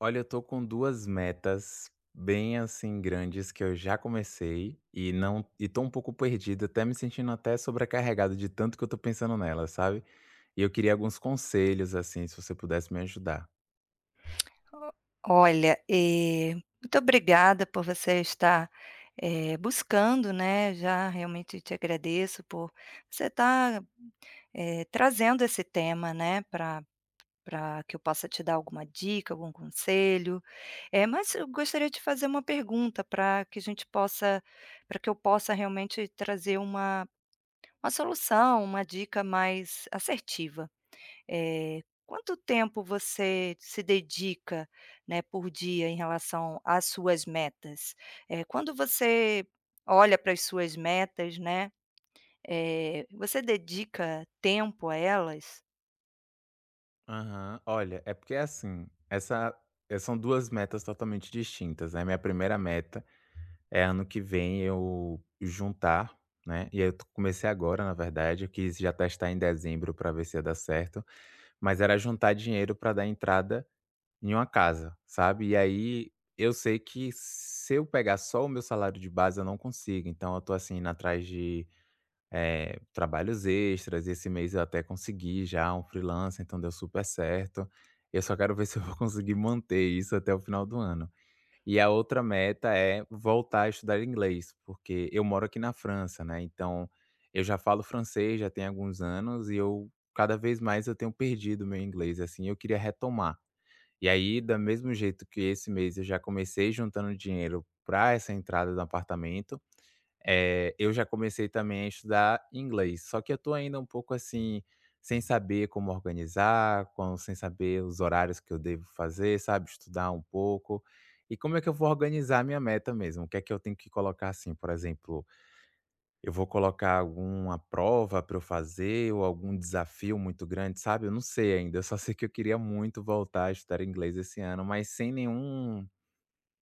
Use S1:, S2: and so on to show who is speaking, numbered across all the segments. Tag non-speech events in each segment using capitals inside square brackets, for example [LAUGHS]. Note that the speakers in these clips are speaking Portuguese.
S1: Olha, eu tô com 2 metas bem, assim, grandes que eu já comecei e não e tô um pouco perdido, até me sentindo até sobrecarregado de tanto que eu tô pensando nelas, sabe. E eu queria alguns conselhos, assim, se você pudesse me ajudar.
S2: Olha, muito obrigada por você estar, buscando, né, já realmente te agradeço por você estar, trazendo esse tema, né, para que eu possa te dar alguma dica, algum conselho. Mas eu gostaria de fazer uma pergunta para que eu possa realmente trazer uma solução, uma dica mais assertiva. Quanto tempo você se dedica, né, por dia em relação às suas metas? Quando você olha para as suas metas, né, você dedica tempo a elas?
S1: Aham. Olha, é porque, assim, são 2 metas totalmente distintas, né. Minha primeira meta é ano que vem eu juntar, né, e aí eu t comecei agora, na verdade, eu quis já testar em dezembro para ver se ia dar certo, mas era juntar dinheiro para dar entrada em uma casa, sabe. E aí, eu sei que se eu pegar só o meu salário de base eu não consigo, então eu tô, assim, indo atrás de, trabalhos extras, esse mês eu até consegui já um freelancer, então deu super certo. Eu só quero ver [LAUGHS] se eu vou conseguir manter isso até o final do ano. E a outra meta é voltar a estudar inglês, porque eu moro aqui na França, né, então eu já falo francês já tem alguns anos e eu cada vez mais eu tenho perdido meu inglês, assim, eu queria retomar. E aí, da mesmo jeito que esse mês eu já comecei juntando dinheiro para essa entrada do apartamento, eu já comecei também a estudar inglês. Só que eu tô ainda um pouco assim, sem saber como organizar, com sem saber os horários que eu devo fazer, sabe, estudar um pouco. E como é que eu vou organizar a minha meta mesmo? O que é que eu tenho que colocar assim, por exemplo, eu vou colocar alguma prova para eu fazer ou algum desafio muito grande, sabe, eu não sei ainda, eu só sei que eu queria muito voltar a estudar inglês esse ano, mas sem nenhum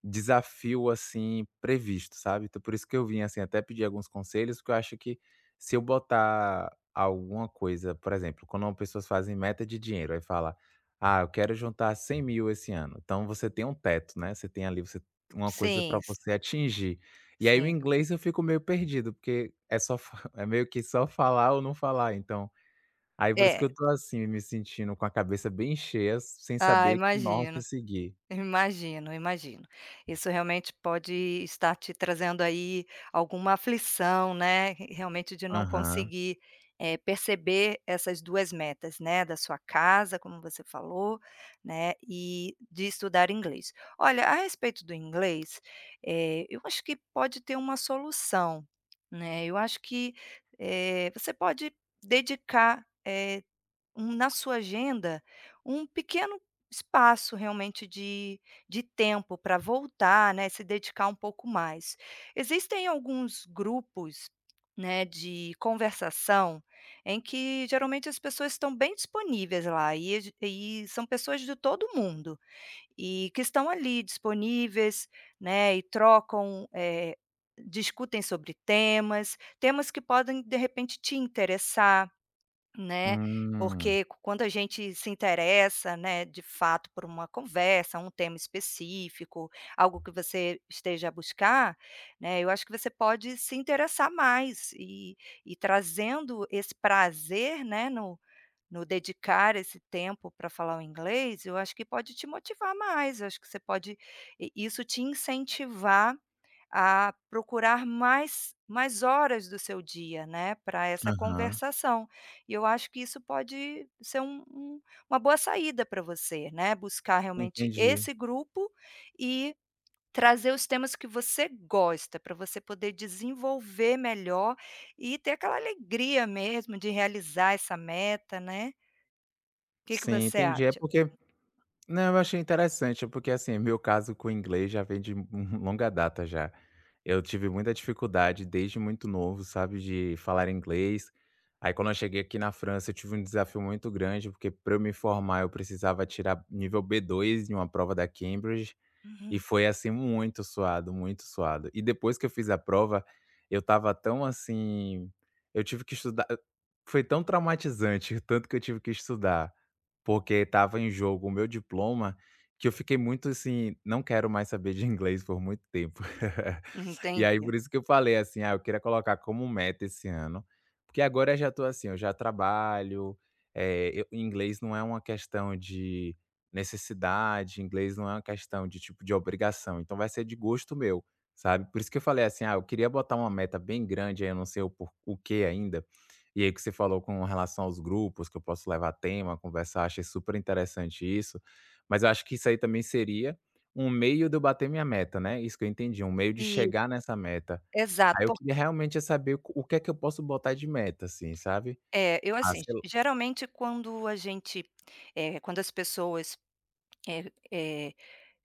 S1: desafio, assim, previsto, sabe. Então por isso que eu vim, assim, até pedir alguns conselhos, porque eu acho que se eu botar alguma coisa por exemplo, quando uma pessoas fazem meta de dinheiro, aí fala: "Ah, eu quero juntar 100.000 esse ano". Então você tem um teto, né, você tem ali você uma coisa
S2: Sim,
S1: para
S2: s
S1: você atingir. E aí o
S2: sim.
S1: inglês eu fico meio perdido, porque é só fa [LAUGHS] é meio que só falar ou não falar, então aí por isso que
S2: É.
S1: eu tô, assim, me sentindo com a cabeça bem cheia, sem
S2: Ah,
S1: saber que norte
S2: imagino.
S1: seguir.
S2: Imagino, imagino. Isso realmente pode estar te trazendo aí alguma aflição, né, realmente de não
S1: Aham.
S2: conseguir, perceber essas 2 metas, né, da sua casa, como você falou, né, e de estudar inglês. Olha, a respeito do inglês, eu acho que pode ter uma solução, né, eu acho que, você pode dedicar, um na sua agenda, um pequeno espaço realmente de tempo para voltar, né, se dedicar um pouco mais. Existem alguns grupos, né, de conversação, em que geralmente as pessoas estão bem disponíveis lá, e são pessoas de todo mundo, e que estão ali disponíveis, né, e trocam, discutem sobre temas, temas que podem de repente te interessar. Né,
S1: Hum.
S2: porque quando a gente se interessa, né, de fato por uma conversa, um tema específico, algo que você esteja a buscar, né, eu acho que você pode se interessar mais e trazendo esse prazer, né, no dedicar esse tempo para falar o inglês, eu acho que pode te motivar mais, eu acho que você pode i isso te incentivar a procurar mais horas do seu dia, né, para essa
S1: Aham,
S2: conversação. E eu acho que isso pode ser uma boa saída para você, né, buscar realmente
S1: entendi.
S2: esse grupo e trazer os temas que você gosta, para você poder desenvolver melhor e ter aquela alegria mesmo de realizar essa meta, né. O que que
S1: Sim,
S2: você
S1: entendi. É
S2: acha?
S1: porque não, eu achei interessante, porque, assim, meu caso com o inglês já vem de [LAUGHS] longa data já. Eu tive muita dificuldade desde muito novo, sabe, de falar inglês. Aí quando eu cheguei aqui na França, eu tive um desafio muito grande, porque para eu me formar eu precisava tirar nível B2 em uma prova da Cambridge. E
S2: Uhum.
S1: foi, assim, muito suado, muito suado. E depois que eu fiz a prova, eu estava tão, assim, eu tive que estudar foi tão traumatizante [LAUGHS] o tanto que eu tive que estudar, porque estava em jogo o meu diploma, que eu fiquei muito, assim: "Não quero mais saber de inglês por muito tempo". [LAUGHS] E aí
S2: Entendi.
S1: por isso que eu falei, assim: "Ah, eu queria colocar como meta esse ano", porque agora eu já estou assim, eu já trabalho, eh, eu inglês não é uma questão de necessidade, inglês não é uma questão de tipo de obrigação, então vai ser de gosto meu, sabe. Por isso que eu falei assim: "Ah, eu queria botar uma meta bem grande, aí eu não sei o que ainda". E aí que você falou com relação aos grupos, que eu posso levar tema, conversar, achei super interessante isso, mas eu acho que isso aí também seria um meio de eu bater minha meta, né, isso que eu entendi, um meio de
S2: E
S1: chegar nessa meta. Aí eu
S2: exato,
S1: queria realmente é saber o que é que eu posso botar de meta, assim, sabe.
S2: eu
S1: Ah,
S2: assim,
S1: sei lá.
S2: geralmente quando a gente, quando as pessoas, eh eh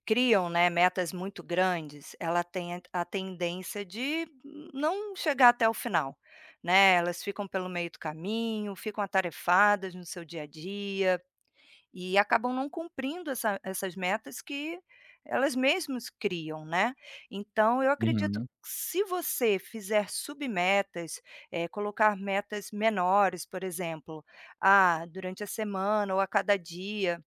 S2: criam, né, metas muito grandes, ela tem a tendência de não chegar até o final, né, elas ficam pelo meio do caminho, ficam atarefadas no seu dia a dia e acabam não cumprindo essas metas que elas mesmas criam, né. Então eu acredito
S1: Uhum,
S2: que se você fizer submetas, colocar metas menores, por exemplo, ah, durante a semana ou a cada dia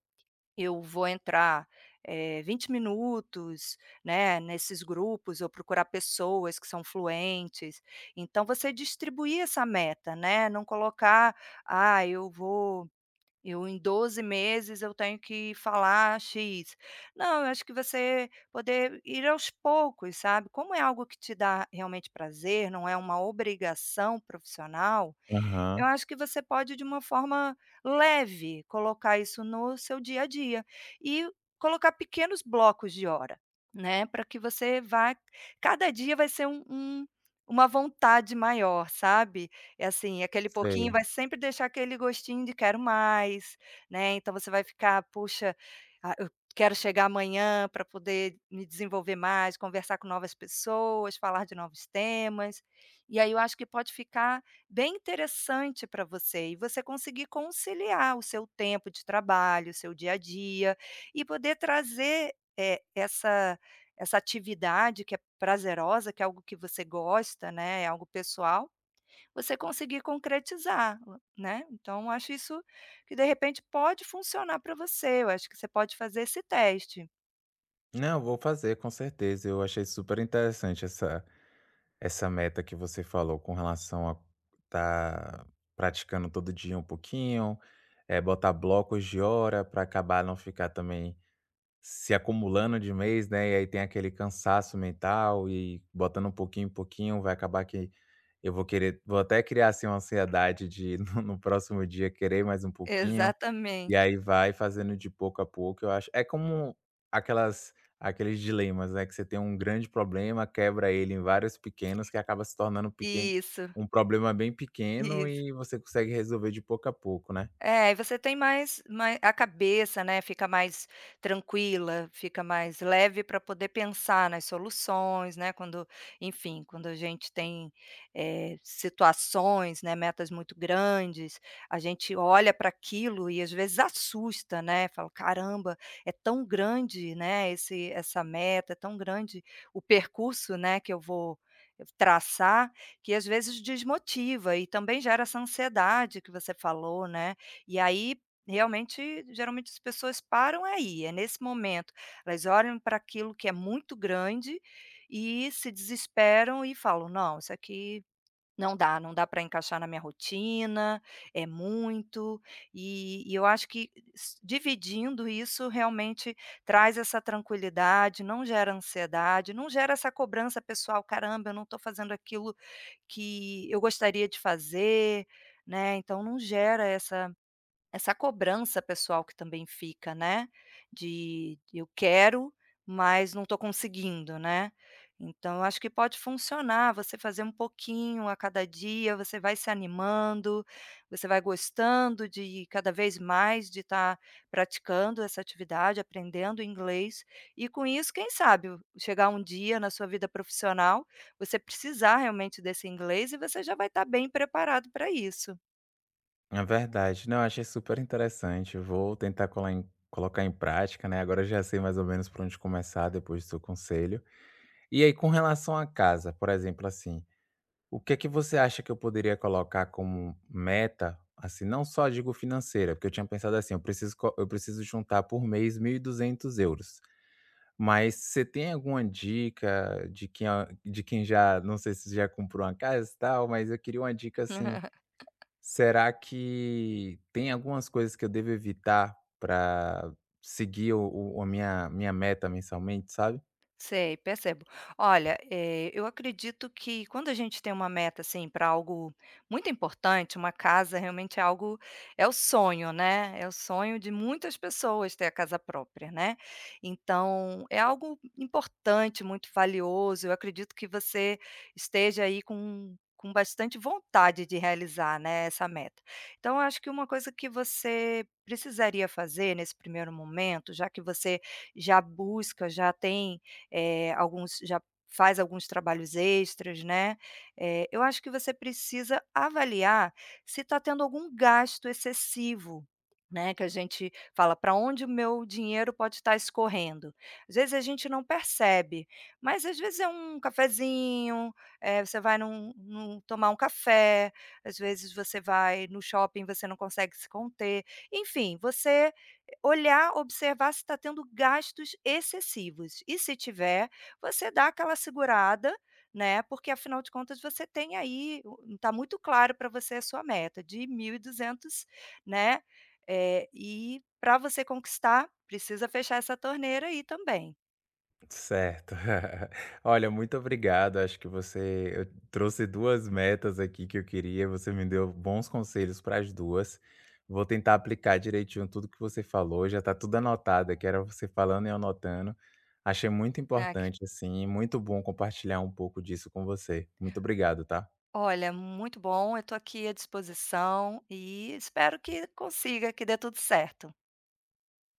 S2: eu vou entrar, 20 minutos, né, nesses grupos ou procurar pessoas que são fluentes. Então você distribuir essa meta, né, não colocar: "Ah, eu em 12 meses eu tenho que falar X". Não, eu acho que você poder ir aos poucos, sabe. Como é algo que te dá realmente prazer, não é uma obrigação profissional, eu
S1: aham,
S2: acho que você pode, de uma forma leve, colocar isso no seu dia a dia e colocar pequenos blocos de hora, né, para que você vá cada dia vai ser uma vontade maior, sabe. É assim, aquele pouquinho
S1: sei.
S2: vai sempre deixar aquele gostinho de quero mais, né, então você vai ficar: "Puxa, ah, eu quero chegar amanhã para poder me desenvolver mais, conversar com novas pessoas, falar de novos temas". E aí eu acho que pode ficar bem interessante para você e você conseguir conciliar o seu tempo de trabalho, o seu dia a dia e poder trazer, essa atividade que é prazerosa, que é algo que você gosta, né, é algo pessoal, você conseguir concretizar, né. Então acho isso que de repente pode funcionar para você, eu acho que você pode fazer esse teste.
S1: Não, vou fazer, com certeza. Eu achei super interessante essa meta que você falou com relação a estar praticando todo dia um pouquinho, é botar blocos de hora para acabar não ficar também se acumulando de mês, né? E aí tem aquele cansaço mental e botando um pouquinho em pouquinho, vai acabar que eu vou querer, vou até criar assim uma ansiedade de [LAUGHS] no próximo dia querer mais um pouquinho. E
S2: Exatamente.
S1: aí vai fazendo de pouco a pouco, eu acho é como aquelas aqueles dilemas, né, que você tem um grande problema, quebra ele em vários pequenos, que acaba se tornando um pequen
S2: Isso,
S1: um problema bem pequeno
S2: isso.
S1: e você consegue resolver de pouco a pouco, né.
S2: É, e você tem mais mai a cabeça, né, fica mais tranquila, fica mais leve para poder pensar nas soluções, né, quando enfim, quando a gente tem, situações, né, metas muito grandes, a gente olha para aquilo e às vezes assusta, né, fala: "Caramba, é tão grande, né, esse essa meta, é tão grande o percurso, né, que eu vou traçar", que às vezes desmotiva e também gera essa ansiedade que você falou, né. E aí, realmente, geralmente as pessoas param aí, é nesse momento. Elas olham para aquilo que é muito grande e se desesperam e falam: "Não, isso aqui não dá, não dá para encaixar na minha rotina, é muito". E eu acho que s dividindo isso realmente traz essa tranquilidade, não gera ansiedade, não gera essa cobrança pessoal: "Caramba, eu não estou fazendo aquilo que eu gostaria de fazer", né, então não gera essa cobrança pessoal que também fica, né, de eu quero, mas não estou conseguindo, né. Então eu acho que pode funcionar você fazer um pouquinho a cada dia, você vai se animando, você vai gostando de cada vez mais de estar praticando essa atividade, aprendendo inglês, e com isso, quem sabe, chegar um dia na sua vida profissional, você precisar realmente desse inglês e você já vai estar bem preparado para isso.
S1: É verdade. Não, eu achei super interessante, eu vou tentar colar em colocar em prática, né, agora eu já sei mais ou menos por onde começar depois do seu conselho. E aí com relação à casa, por exemplo, assim, o que é que você acha que eu poderia colocar como meta, assim, não só digo financeira, porque eu tinha pensado assim, eu preciso juntar por mês 1.200 euros. Mas você tem alguma dica de quem, de quem já, não sei se já comprou uma casa e tal, mas eu queria uma dica assim,
S2: [LAUGHS]
S1: será que tem algumas coisas que eu devo evitar para seguir a minha meta mensalmente, sabe?
S2: Sei, percebo. Olha, eu acredito que quando a gente tem uma meta, assim, para algo muito importante, uma casa realmente é algo, é o sonho, né, é o sonho de muitas pessoas ter a casa própria, né. Então, é algo importante, muito valioso, eu acredito que você esteja aí com bastante vontade de realizar, né, essa meta. Então eu acho que uma coisa que você precisaria fazer nesse primeiro momento, já que você já busca, já faz alguns trabalhos extras, né. Eu acho que você precisa avaliar se está tendo algum gasto excessivo, né, que a gente fala: para onde o meu dinheiro pode estar escorrendo?". Às vezes a gente não percebe, mas às vezes é um cafezinho, você vai num tomar um café, às vezes você vai no shopping, você não consegue se conter, enfim, você olhar, observar se está tendo gastos excessivos e se tiver, você dá aquela segurada, né, porque afinal de contas você tem aí, está muito claro para você a sua meta de 1.200, né, e para você conquistar, precisa fechar essa torneira aí também.
S1: Certo. [LAUGHS] Olha, muito obrigado. Acho que você eu trouxe 2 metas aqui que eu queria, você me deu bons conselhos para as 2. Vou tentar aplicar direitinho tudo que você falou, já está tudo anotado que era você falando e eu anotando. Achei muito
S2: Ah, que
S1: importante, assim, e muito bom compartilhar um pouco disso com você. Muito obrigado, tá?
S2: olha, muito bom, eu estou aqui à disposição e espero que consiga, que dê tudo certo.